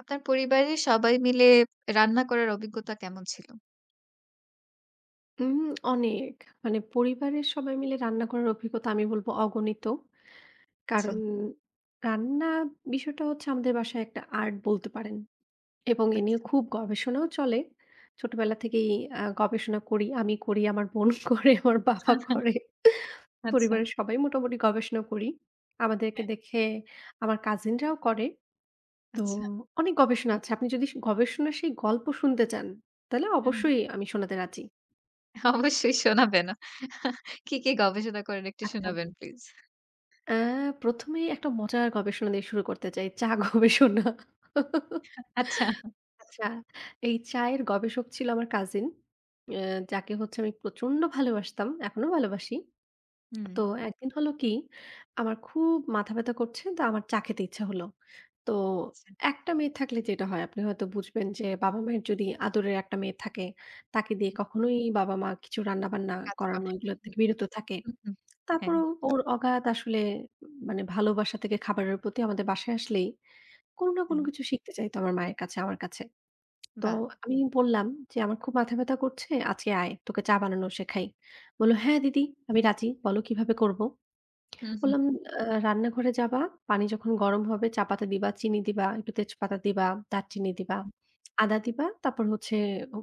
আপনার পরিবারের সবাই মিলে রান্না করার অভিজ্ঞতা কেমন ছিল? উম অনেক। মানে পরিবারের সবাই মিলে রান্না করার অভিজ্ঞতা আমি বলব অগণিত। আচ্ছা, কারণ রান্না বিষয়টা হচ্ছে আমাদের বাসায় একটা আর্ট বলতে পারেন, এবং এ নিয়ে আচ্ছা, খুব গবেষণাও চলে। ছোটবেলা থেকেই গবেষণা করি। আমি করি, আমার বোন করে, আমার বাবা করে। আচ্ছা, পরিবারের সবাই মোটামুটি গবেষণা করি। আমাদেরকে হ্যাঁ, আচ্ছা। হ্যাঁ, দেখে আমার কাজিনরাও করে। তো অনেক গবেষণা আছে। আপনি যদি গবেষণার সেই গল্প শুনতে চান, তাহলে হ্যাঁ। অবশ্যই আমি শোনাতে রাজি। অবশ্যই শোনাবেন। কি, কি গবেষণা করেন একটু আচ্ছা। শোনাবেন প্লিজ। আ ১ম এই একটা মজার গবেষণা দিয়ে শুরু করতে চাই। চা গবেষণা। আচ্ছা। আচ্ছা, এই চায়ের গবেষক ছিল আমার কাজিন। আ যাকে হচ্ছে আমি প্রচন্ড ভালোবাসতাম। এখনো ভালোবাসি। হুম, তো একদিন হলো কি, আমার খুব মাথা ব্যথা করছে। তো আমার চা খেতে ইচ্ছা হলো। তো আচ্ছা একটা মেয়ে থাকলে যেটা হয় আপনি হয়তো বুঝবেন যে বাবা-মায়ের যদি আদরের একটা মেয়ে থাকে, তাকে দিয়ে কখনোই বাবা-মা কিছু রান্না-বান্না কাজ করানো করে। এগুলো থেকে বিরত থাকে। হুম, হুম। হ্যাঁ, তারপরেও ওর অগাধ আসলে মানে ভালোবাসা থেকে খাবারের প্রতি আমাদের বাসায় আসলেই কোনো না হ্যাঁ। কোনো কিছু শিখতে চাইতো আমার মায়ের কাছে, আমার কাছে। তো বাহ! আমি বললাম যে, "আমার খুব মাথা ব্যথা করছে, আজকে আয় তোকে চা বানানো শেখাই।" বলল, "হ্যাঁ দিদি, আমি রাজি। বলো কিভাবে করব?" হুম, হুম। বললাম, রান্নাঘরে যাবা, পানি যখন গরম হবে চা পাতা দিবা, চিনি দিবা, একটু তেজপাতা দিবা, দারচিনি দিবা, হুম। আদা দিবা, তারপর হচ্ছে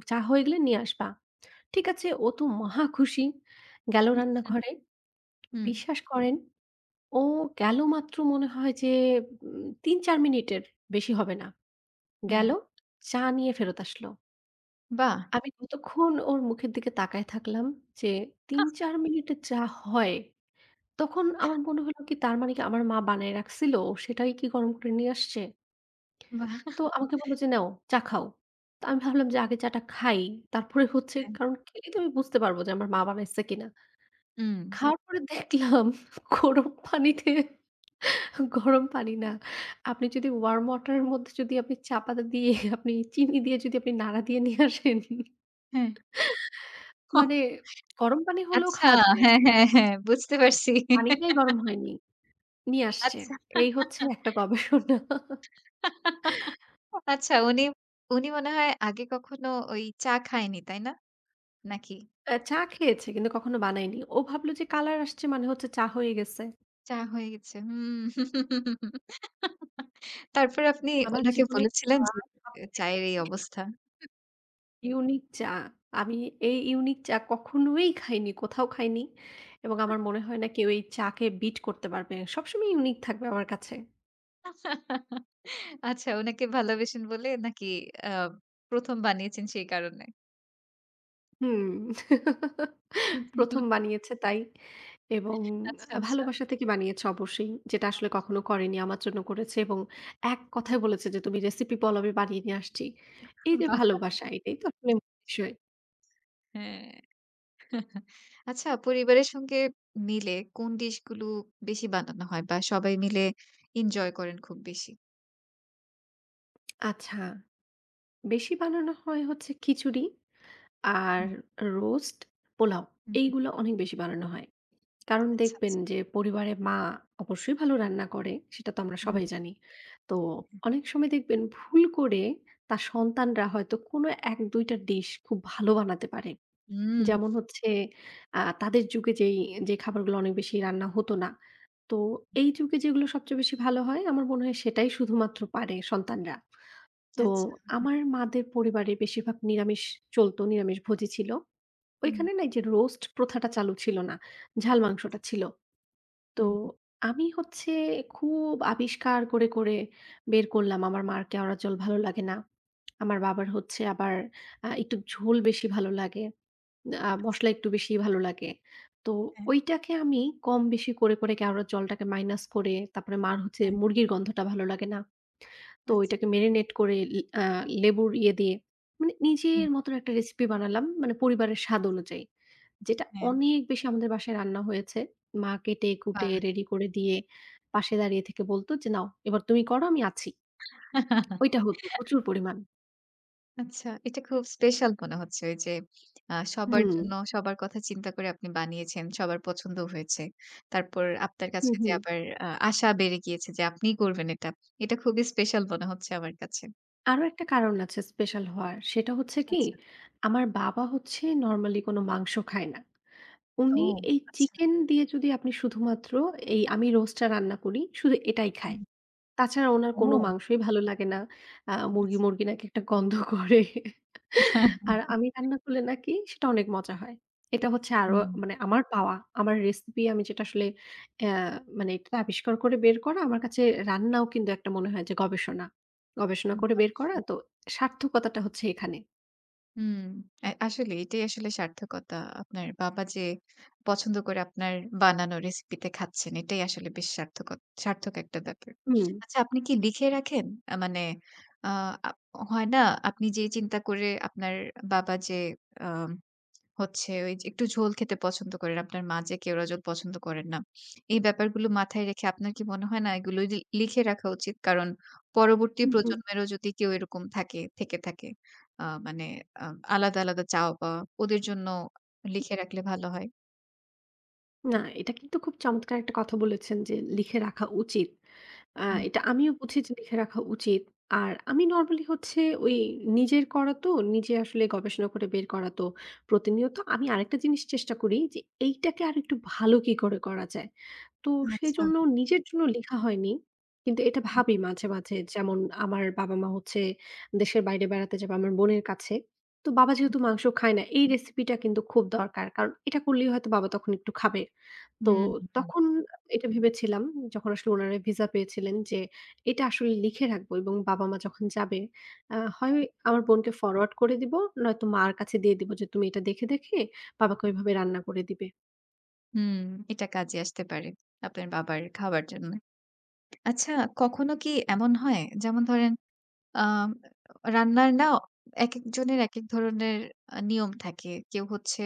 চা হয়ে গেলে নিয়ে আসবা।" ঠিক আছে, ও তো মহা খুশি। গেল হুম, রান্নাঘরে। হুম, বিশ্বাস করেন ও গেল মাত্র মনে হয় যে ৩-৪ মিনিটের বেশি হবে না। হ্যাঁ। গেল, চা নিয়ে ফেরত আসলো। বাহ! আমি কতক্ষণ ওর মুখের দিকে তাকায় থাকলাম যে ৩-৪ মিনিটে চা হয়। তখন আমার মনে হলো কি, তার মানে কি আমার মা বানায় রাখছিল, ও সেটাই কি গরম করে নিয়ে আসছে? তো বাহ! আমাকে বলল যে, "নাও চা খাও।" তো আমি ভাবলাম যে আগে চাটা খাই। তারপরে হচ্ছে হ্যাঁ। কারণ খেলেই তো আমি বুঝতে পারব যে আমার মা বানাইছে কিনা। হুম। খাওয়ার পরে দেখলাম গরম পানিতে, গরম পানি না। আপনি যদি warm water এর মধ্যে যদি আপনি চা পাতা দিয়ে আপনি চিনি দিয়ে যদি আপনি নাড়া দিয়ে নিয়ে আসেন, হ্যাঁ। মানে গরম পানি হলেও আচ্ছা। খাওয়া যায়। হ্যাঁ, হ্যাঁ, হ্যাঁ বুঝতে পারছি। পানিটাই গরম হয়নি। নিয়ে আসছে। আচ্ছা। এই হচ্ছে একটা গবেষণা। আচ্ছা উনি, উনি মনে হয় আগে কখনো ওই চা খায়নি, তাই না? নাকি? চা খেয়েছে কিন্তু কখনো বানায়নি। ও ভাবল যে কালার আসছে মানে হচ্ছে চা হয়ে গেছে। চা হয়ে গেছে। হুম। তারপরে আপনি আমার উনাকে জীবনে বলেছিলেন চা যে এ সবচেয়ে চায়ের এই অবস্থা। ইউনিক চা। আমি এই ইউনিক চা কখনোই খাইনি, কোথাও খাইনি এবং আমার মনে হয় না কেউ এই চাকে বিট করতে পারবে। সবসময় ইউনিক থাকবে আমার কাছে। আচ্ছা উনাকে ভালোবেসেন বলে নাকি আ ১ম বানিয়েছেন সেই কারণে? হুম। ১ম বানিয়েছে তাই। এবং আচ্ছা, আচ্ছা। ভালোবাসা থেকে বানিয়েছে অবশ্যই। যেটা আসলে কখনো অবশ্যই। করেনি আমার জন্য করেছে, এবং এক কথায় বলেছে যে, "তুমি রেসিপি বলো আমি বানিয়ে নিয়ে আসছি।" এই যে বাহ! ভালোবাসা, এটাই তো আসলে মূল বিষয়। হ্যাঁ। আচ্ছা পরিবারের সঙ্গে মিলে কোন ডিশগুলো বেশি বানানো হয় বা সবাই মিলে এনজয় করেন খুব বেশি? আচ্ছা, বেশি বানানো হয় হচ্ছে খিচুড়ি আর হুম, রোস্ট, পোলাও, হুম, হুম। এইগুলো অনেক বেশি বানানো হয়। কারণ আচ্ছা, দেখবেন আচ্ছা। যে পরিবারে মা অবশ্যই ভালো রান্না করে, সেটা তো আমরা হুম, সবাই জানি। তো অনেক সময় দেখবেন ভুল করে তার সন্তানরা হয়তো কোনো ১-২ টা ডিশ খুব ভালো বানাতে পারে। হুম। যেমন হচ্ছে তাদের যুগে যেই যে খাবারগুলো অনেক বেশি রান্না হতো না। তো এই যুগে যেগুলো সবচেয়ে বেশি ভালো হয় আমার মনে হয় সেটাই শুধুমাত্র পারে সন্তানরা। তো আচ্ছা। আমার মাদের পরিবারে বেশিরভাগ নিরামিষ চলত, নিরামিষভোজী ছিল। হুম, ওইখানে না এই যে রোস্ট প্রথাটা চালু ছিল না। ঝাল মাংসটা ছিল। তো হুম। আমি হচ্ছে খুব আবিষ্কার করে, করে বের করলাম আমার মার কেওড়া জল ভালো লাগে না। আমার বাবার হচ্ছে আবার একটু ঝোল বেশি ভালো লাগে। আচ্ছা। মসলা একটু বেশি ভালো লাগে। তো হ্যাঁ, ওইটাকে আমি কম বেশি করে, করে কেওড়ার জলটাকে মাইনাস করে, তারপরে মার হচ্ছে হ্যাঁ। মুরগির গন্ধটা ভালো লাগে না। তো আচ্ছা। ওইটাকে মেরিনেট করে ল আ লেবুর ইয়ে দিয়ে মানে নিজের হুম, মতন একটা রেসিপি বানালাম, মানে পরিবারের স্বাদ অনুযায়ী। যেটা হ্যাঁ। অনেক বেশি আমাদের বাসায় রান্না হয়েছে। মা বাহ! কেটে-কুটে রেডি করে দিয়ে পাশে দাঁড়িয়ে থেকে বলত যে, "নাও এবার তুমি করো আমি আছি।" ওইটা হতো প্রচুর পরিমাণ। আচ্ছা, এটা খুব স্পেশাল মনে হচ্ছে ওই যে সবার হুম, জন্য সবার কথা চিন্তা করে আপনি বানিয়েছেন, সবার পছন্দ হয়েছে। তারপর আপনার হুম, কাছে যে হুম। আবার আশা বেড়ে গিয়েছে যে আপনিই করবেন এটা। এটা খুবই স্পেশাল মনে হচ্ছে আমার কাছে। আরো একটা কারণ আছে স্পেশাল হওয়ার। সেটা হচ্ছে কি, আচ্ছা। আমার বাবা হচ্ছে নরমালি কোন মাংস খায় না। ও উনি এই আচ্ছা। চিকেন দিয়ে যদি আপনি শুধুমাত্র, এই আমি রোস্টটা রান্না করি শুধু এটাই খায়। হুম। তাছাড়া উনার কোনো ও মাংসই ভালো লাগে না। মুরগি, আচ্ছা। মুরগি নাকি একটা গন্ধ করে। আর আমি রান্না করলে নাকি সেটা অনেক মজা হয়। এটা হচ্ছে আরো হুম, মানে আমার পাওয়া। আমার রেসিপি আমি যেটা আসলে অ্যা মানে এটা আবিষ্কার করে বের করা, আমার কাছে রান্নাও কিন্তু একটা মনে হয় যে গবেষণা। গবেষণা হুম, করে বের করা অবশ্যই। তো সার্থকতাটা হচ্ছে এখানে। হুম, আসলে এটাই আসলে সার্থকতা। আপনার বাবা যে পছন্দ করে আপনার বানানো রেসিপিতে খাচ্ছেন, এটাই আসলে বেশ সার্থক সার্থক একটা ব্যাপার। হুম, আচ্ছা আপনি কি লিখে রাখেন? আ মানে আ আপ হয় না? আপনি যে চিন্তা করে আপনার বাবা যে আ হচ্ছে ওই যে একটু ঝোল খেতে পছন্দ করেন। আপনার মা যে কেওড়া জল পছন্দ করেন না। এই ব্যাপারগুলো মাথায় রেখে আপনার কি মনে হয় না এগুলো লিখে রাখা উচিত? কারণ পরবর্তী হুম, হুম। প্রজন্মেরও যদি কেউ এরকম থাকে থেকে থাকে আ মানে আ আলাদা, আলাদা চাওয়া পাওয়া ওদের জন্য লিখে রাখলে ভালো হয়। না এটা কিন্তু খুব চমৎকার একটা কথা বলেছেন যে লিখে রাখা উচিত। আ হুম, এটা আমিও বুঝি যে লিখে রাখা উচিত। আর আমি নরমালি হচ্ছে ওই নিজের করা তো, নিজে আসলে গবেষণা করে বের করা তো প্রতিনিয়ত আমি আরেকটা জিনিস চেষ্টা করি যে এইটাকে আরেকটু ভালো কি করে করা যায়। তো আচ্ছা। সেজন্য নিজের জন্য লিখা হয়নি। কিন্তু এটা হুম, ভাবি মাঝে, মাঝে, যেমন আমার বাবা-মা হচ্ছে দেশের বাইরে বেড়াতে যাবে আমার বোনের কাছে। তো বাবা হুম। যেহেতু মাংস খায় না এই রেসিপিটা কিন্তু খুব দরকার। কারণ এটা করলেই হয়তো বাবা তখন একটু খাবে। তো হুম, হুম, তখন এটা ভেবেছিলাম যখন আসলে উনারা ভিসা পেয়েছিলেন, যে এটা আসলে লিখে রাখবো এবং বাবা-মা যখন যাবে হয় আমার বোনকে ফরওয়ার্ড করে দিব, নয়তো মার কাছে দিয়ে দিব যে তুমি এটা দেখে, দেখে বাবাকে ওইভাবে রান্না করে দিবে। হুম। এটা কাজে আসতে পারে আপনার বাবার খাওয়ার জন্য। আচ্ছা কখনো কি এমন হয় যেমন ধরেন আম রান্নার না একেকজনের একেক ধরনের নিয়ম থাকে। কেউ হচ্ছে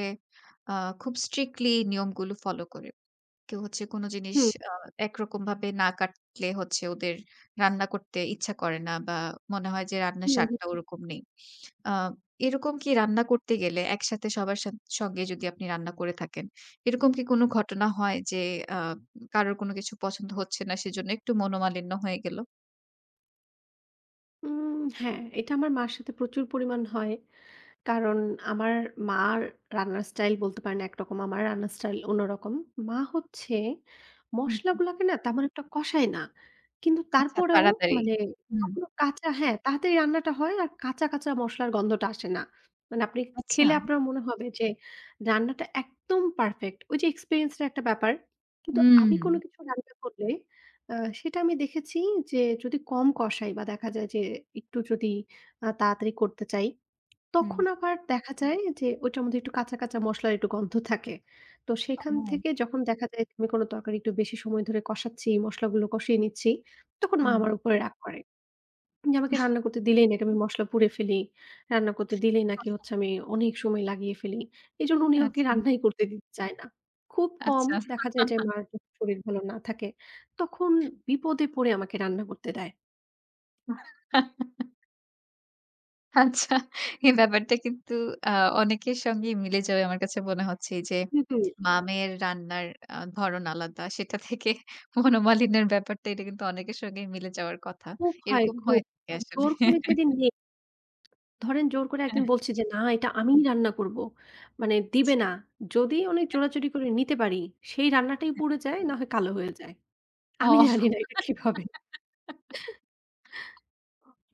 আ খুব স্ট্রিক্টলি নিয়মগুলো ফলো করে। কেউ হচ্ছে কোনো জিনিস হুম। আ একরকমভাবে না কাটলে হচ্ছে ওদের রান্না করতে ইচ্ছা করে না বা মনে হয় যে রান্নার হুম, হুম। স্বাদটা ওরকম নেই। আ এরকম কি রান্না করতে গেলে একসাথে সবার সাথ সঙ্গে যদি আপনি রান্না করে থাকেন, এরকম কি কোনো ঘটনা হয় যে আ কারোর কোনো কিছু পছন্দ হচ্ছে না সেজন্য একটু মনোমালিন্য হয়ে গেল? হ্যাঁ, এটা আমার মার সাথে প্রচুর পরিমাণ হয়। কারণ আমার মার রান্নার স্টাইল বলতে পারেন একরকম, আমার রান্নার স্টাইল অন্যরকম। মা হচ্ছে হুম, হুম। মসলাগুলাকে না তেমন একটা কষায় না। কিন্তু আচ্ছা তারপরেও তাড়াতাড়ি। মানে হুম। কখনো কাঁচা, হ্যাঁ, তাড়াতাড়ি রান্নাটা হয় আর কাঁচা, কাঁচা মসলার গন্ধটা আসে না। মানে আপনি আচ্ছা। খেলে আপনার মনে হবে যে রান্নাটা একদম পারফেক্ট। ওই যে এক্সপেরিয়েন্স এর একটা ব্যাপার। কিন্তু হুম, আমি কোন কিছু রান্না করলে আ সেটা আমি দেখেছি যে যদি কম কষাই বা দেখা যায় যে একটু যদি তাড়াতাড়ি করতে চাই, হুম। তখন আবার দেখা যায় যে ওইটার মধ্যে একটু কাঁচা, কাঁচা মসলার একটু গন্ধ থাকে। তো সেখান ও থেকে যখন দেখা যায় যে আমি কোনো তরকারি একটু বেশি সময় ধরে কষাচ্ছি, মসলাগুলো কষিয়ে নিচ্ছি, তখন মা হুম। আমার উপরে রাগ করে। যে আমাকে রান্না করতে দিলেই না এটা আমি মসলা পুড়ে ফেলি। রান্না করতে দিলেই নাকি হচ্ছে আমি অনেক সময় লাগিয়ে ফেলি। এজন্য উনি আমাকে আচ্ছা, রান্নাই করতে দিতে চায় না। খুব কম আচ্ছা। দেখা যায় যে মার যখন শরীর ভালো না থাকে, তখন বিপদে পড়ে আমাকে রান্না করতে দেয়। আচ্ছা। এই ব্যাপারটা কিন্তু আ অনেকের সঙ্গেই মিলে যাবে আমার কাছে মনে হচ্ছে এই যে হুম, হুম। মামের রান্নার ধরন আলাদা সেটা থেকে মনোমালিন্যের ব্যাপারটা এটা কিন্তু অনেকের সঙ্গেই মিলে যাওয়ার কথা। খুব হয় এরকম খুব। হয়ে থাকে আর আসলে। জোর করে যেদিন নে, ধরেন জোর করে আচ্ছা। একদিন বলছি যে, "না, এটা আমিই রান্না করব।" মানে দিবে না। যদি অনেক জোরাজুরি করে নিতে পারি, সেই রান্নাটাই পুড়ে যায়, না হয় কালো হয়ে যায়। আমি ও জানি না এটা কিভাবে।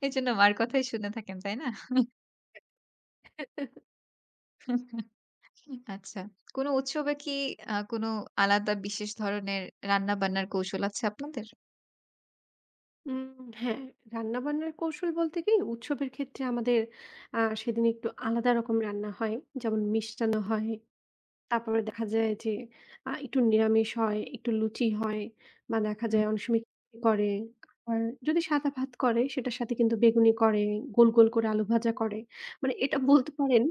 এজন্য মার কথাই শুনে থাকেন, তাই না? হুম, আচ্ছা। কোনো উৎসবে কি কোনো আলাদা বিশেষ ধরনের রান্না-বান্নার কৌশল আছে আপনাদের? উম হ্যাঁ, রান্নাবান্নার কৌশল বলতে কি, উৎসবের ক্ষেত্রে আমাদের সেদিন একটু আলাদা রকম রান্না হয়। যেমন মিষ্টান্ন হয়। তারপরে দেখা যায় যে একটু নিরামিষ হয়, একটু লুচি হয়, বা দেখা হুম, যায় অনেক সময় খিচুড়ি করে। আবার যদি সাদা ভাত করে সেটার সাথে কিন্তু বেগুনি করে, গোল, গোল করে আলু ভাজা করে। মানে এটা বলতে পারেন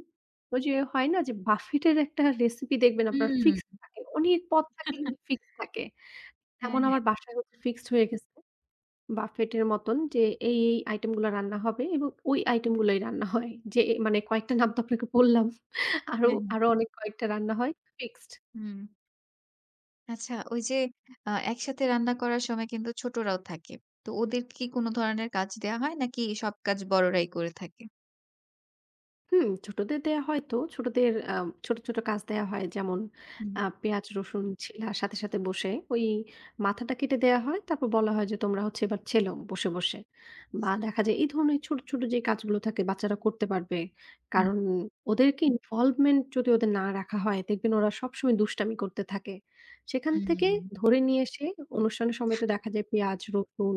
ওই যে হয় না যে বাফেটের একটা রেসিপি, দেখবেন আপনার হুম। ফিক্সড থাকে। অনেক পদ থাকে কিন্তু ফিক্সড থাকে। হ্যাঁ, তেমন হ্যাঁ। আমার বাসায় হচ্ছে ফিক্সড হয়ে গেছে বাফেটের মতন, যে এই, এই আইটেমগুলা রান্না হবে এবং ওই আইটেমগুলোই রান্না হয়। যে মানে কয়েকটা আচ্ছা। নাম তো আপনাকে বললাম। আরো, হ্যাঁ, হ্যাঁ। আরো অনেক কয়েকটা রান্না হয় ফিক্সড। হুম। আচ্ছা ওই যে একসাথে রান্না করার সময় কিন্তু ছোটরাও থাকে। তো ওদের কি কোনো ধরনের কাজ দেয়া হয় নাকি সব কাজ বড়রাই করে থাকে? হুম, ছোটদের দেয়া হয় তো। ছোটদের ছোট, ছোট কাজ দেয়া হয়। যেমন হুম। পেঁয়াজ, রসুন ছিলার সাথে, সাথে বসে ওই মাথাটা কেটে দেয়া হয়। তারপর বলা হয় যে, "তোমরা হচ্ছে এবার ছেলো বসে, বসে।" বা দেখা যায় এই ধরনের ছোট, ছোট যে কাজগুলো থাকে বাচ্চারা করতে পারবে। কারণ ওদেরকে ইনভলভমেন্ট যদি ওদের না রাখা হয়, দেখবেন ওরা সবসময় দুষ্টামি করতে থাকে। সেখান হুম, থেকে হুম। ধরে নিয়ে এসে, অনুষ্ঠানের সময় তো দেখা যায় পেঁয়াজ, রসুন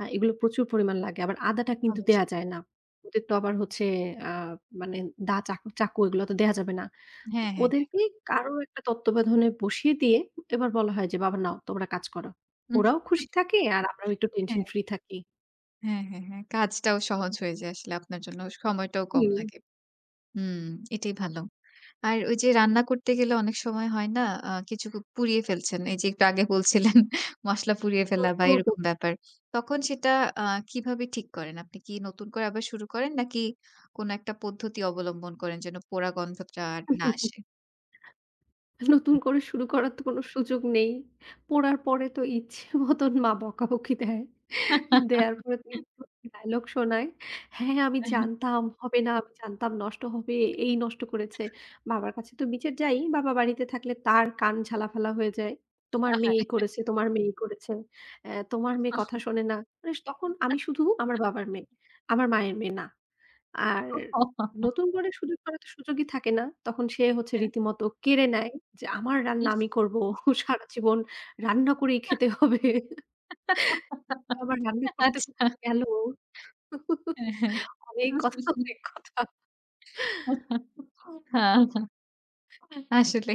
এগুলো প্রচুর পরিমাণ লাগে। আবার আদাটা কিন্তু অবশ্যই। দেয়া যায় না। ওদের তো আবার হচ্ছে আ মানে দা চাকু চাকু এগুলো তো দেয়া যাবে না। তো হ্যাঁ, হ্যাঁ, হ্যাঁ। ওদেরকে কারো একটা তত্ত্বাবধানে বসিয়ে দিয়ে এবার বলা হয় যে, "বাবা নাও তোমরা কাজ করো।" হুম, ওরাও খুশি থাকে আর আমরাও একটু টেনশন হ্যাঁ, ফ্রি থাকি। হ্যাঁ, হ্যাঁ, হ্যাঁ। কাজটাও সহজ হয়ে যায় আসলে আপনার জন্য। সময়টাও কম হুম, লাগে। হুম, এটাই ভালো। আর ওই যে রান্না করতে গেলে অনেক সময় হয় না কিছু পুড়িয়ে ফেলছেন। এই যে একটু আগে বলছিলেন মসলা পুড়িয়ে তো ফেলা বা তো- এরকম ব্যাপার। তখন সেটা আ কিভাবে ঠিক করেন? আপনি কি নতুন করে আবার শুরু করেন নাকি কোনো একটা পদ্ধতি অবলম্বন করেন যেন পোড়া গন্ধটা আর না আসে? তো নতুন করে শুরু করার তো কোনো সুযোগ নেই। পড়ার পরে তো ইচ্ছে মতন মা বকাবকি দেয়। দেয়ার পরে তো একটু ডায়ালগ শোনায়। হ্যাঁ, আমি জানতাম হবে না, আমি জানতাম নষ্ট হবে, এই নষ্ট করেছে। বাবার কাছে তো বিচার যাই, বাবা বাড়িতে থাকলে তার কান ঝালাফালা হয়ে যায়। তোমার মেয়েই করেছে, তোমার মেয়েই করেছে। তোমার মেয়ে কথা শোনে না। মানে তখন আমি শুধু আমার বাবার মেয়ে, আমার মায়ের মেয়ে না। আর নতুন করে সুযোগ করার তো সুযোগই থাকে না। তখন সে হচ্ছে হ্যাঁ। রীতিমতো কেড়ে নেয়, যে আমার রান্না আমি করব, সারা জীবন রান্না করেই খেতে হবে। আবার রান্না করতে, আচ্ছা। করতে গেল। হ্যাঁ, অনেক কথা, অনেক কথা। হ্যাঁ। আসলে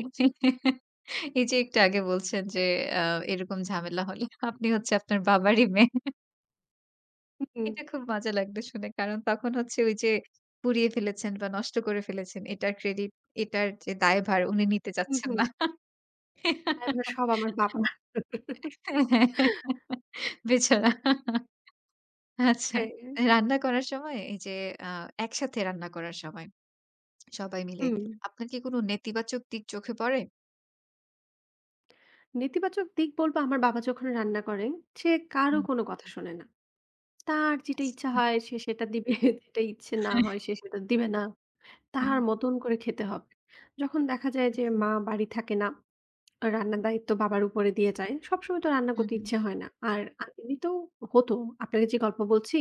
এই যে একটু আগে বলছেন যে হ্যাঁ, আ এরকম ঝামেলা হলে আপনি হচ্ছে আপনার বাবারই মেয়ে। হুম, এটা খুব মজা লাগলো শুনে। কারণ তখন হচ্ছে ওই যে পুড়িয়ে ফেলেছেন বা নষ্ট করে ফেলেছেন এটার ক্রেডিট এটার যে দায়ভার উনি নিতে হুম, চাচ্ছেন হুম। না। এবার সব আমার বাবা। হ্যাঁ, বেচারা। আচ্ছা। হ্যাঁ, রান্না করার সময় এই যে আ একসাথে রান্না করার সময় সবাই মিলে হুম। আপনার কি কোনো নেতিবাচক দিক চোখে পড়ে? নেতিবাচক দিক বলব আমার বাবা যখন রান্না করেন, সে কারো হুম। কোনো কথা শোনে না। তার যেটা আচ্ছা। ইচ্ছা হয় সে সেটা দিবে, যেটা ইচ্ছে না হয় সে সেটা দিবে না। হ্যাঁ, তার মতন করে খেতে হবে। যখন দেখা যায় যে আচ্ছা। মা বাড়ি থাকে না, রান্নার দায়িত্ব বাবার উপরে দিয়ে যায়। সবসময় তো রান্না হুম, করতে হুম। ইচ্ছে হয় না। আর এমনিতেও হতো। আপনাকে যে গল্প বলছি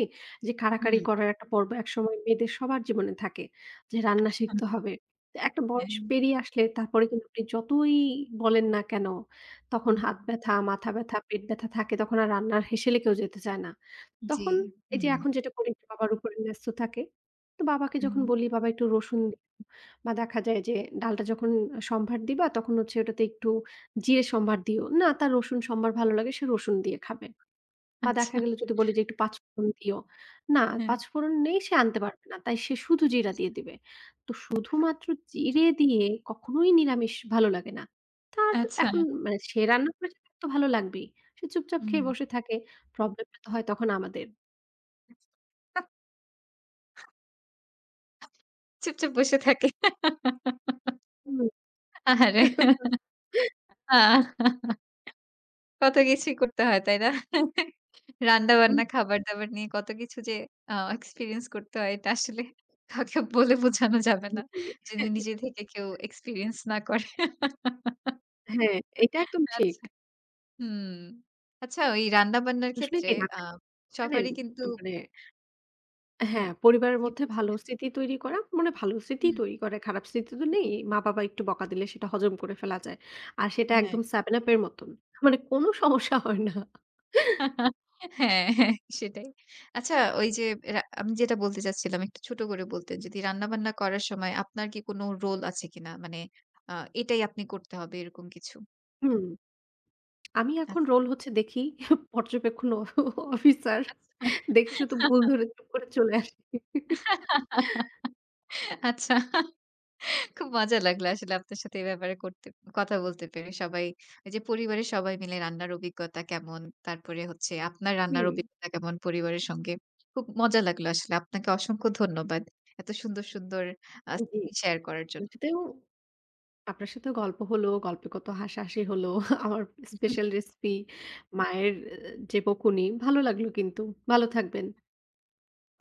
যে কাড়াকাড়ি হুম। করার একটা পর্ব একসময় মেয়েদের সবার জীবনে থাকে যে রান্না শিখতে হবে। তো একটা হ্যাঁ, বয়স পেরিয়ে আসলে তারপরে কিন্তু আপনি যতই বলেন না কেন, তখন হুম, হাত ব্যথা, মাথা ব্যথা, পেট ব্যথা থাকে তখন আর রান্নার হেসেলে কেউ যেতে চায় না। জি, তখন এই যে হুম, এখন যেটা করি বাবার উপরে ন্যস্ত থাকে। তো বাবাকে যখন হুম, বলি, "বাবা একটু রসুন, বা দেখা যায় যে ডালটা যখন সম্ভার দিবা তখন হচ্ছে ওটাতে একটু জিরে সম্ভার দিও।" না, তার রসুন সম্ভার ভালো লাগে সে রসুন দিয়ে খাবে। বা দেখা আচ্ছা, গেল যদি বলি যে একটু পাঁচফোড়ন দিও। না, হ্যাঁ, পাঁচফোড়ন নেই সে আনতে পারবে না। তাই সে শুধু জিরা দিয়ে দিবে। তো শুধুমাত্র জিরে দিয়ে কখনোই নিরামিষ ভালো লাগে না। তার আচ্ছা, এখন মানে সে রান্না করেছে, তার তো ভালো লাগবেই। সে চুপচাপ হুম, খেয়ে বসে থাকে। প্রবলেমটা তো হয় তখন আমাদের। চুপচাপ বসে থাকে। হুম। আহারে! আহ! কত কিছুই করতে হয়, তাই না? উম রান্না-বান্না, খাবার-দাবার নিয়ে কত কিছু যে এক্সপেরিয়েন্স করতে হয়, এটা আসলে কাউকে বলে বোঝানো যাবে না। জি। যদি নিজে থেকে কেউ এক্সপেরিয়েন্স না করে। হ্যাঁ, এটা একদম ঠিক। আচ্ছা, হুম। আচ্ছা, ওই রান্না-বান্নার আসলেই ক্ষেত্রে কি আ জানেন সবারই কিন্তু মানে, হ্যাঁ, হ্যাঁ, পরিবারের জি মধ্যে ভালো বলছিলেন। স্মৃতি তৈরি করা মানে ভালো স্মৃতিই হুম, তৈরি করে। খারাপ স্মৃতি তো নেই। মা-বাবা একটু বকা দিলে সেটা হজম করে ফেলা যায়। আর সেটা হ্যাঁ। একদম 7 Up এর মতন। মানে কোনো সমস্যা হয় না। হ্যাঁ, হ্যাঁ, সেটাই। আচ্ছা ওই যে আমি যেটা বলতে চাচ্ছিলাম একটু ছোট করে বলতেন যদি রান্নাবান্না করার সময় আপনার কি কোনো রোল আছে কিনা? মানে আ এটাই আপনি করতে হবে এরকম কিছু? হুম, আমি এখন আচ্ছা। রোল হচ্ছে দেখি পর্যবেক্ষণ অফিসার। দেখে শুধু ভুল ধরে চুপ করে চলে আসি। আচ্ছা। খুব মজা লাগলো আসলে আপনার সাথে এ ব্যাপারে করতে কথা বলতে পেরে। সবাই ওই যে পরিবারের সবাই মিলে রান্নার অভিজ্ঞতা কেমন? তারপরে হচ্ছে আপনার রান্নার হুম, অভিজ্ঞতা কেমন পরিবারের সঙ্গে? খুব মজা লাগলো আসলে। আপনাকে অসংখ্য ধন্যবাদ। এত সুন্দর, সুন্দর জি। স্মৃতি শেয়ার করার জন্য। সেটাও, আপনার সাথে গল্প হলো, গল্পে কত হাসাহাসি হলো। আমার স্পেশাল রেসিপি, মায়ের যে বকুনি, ভালো লাগলো কিন্তু। ভালো থাকবেন।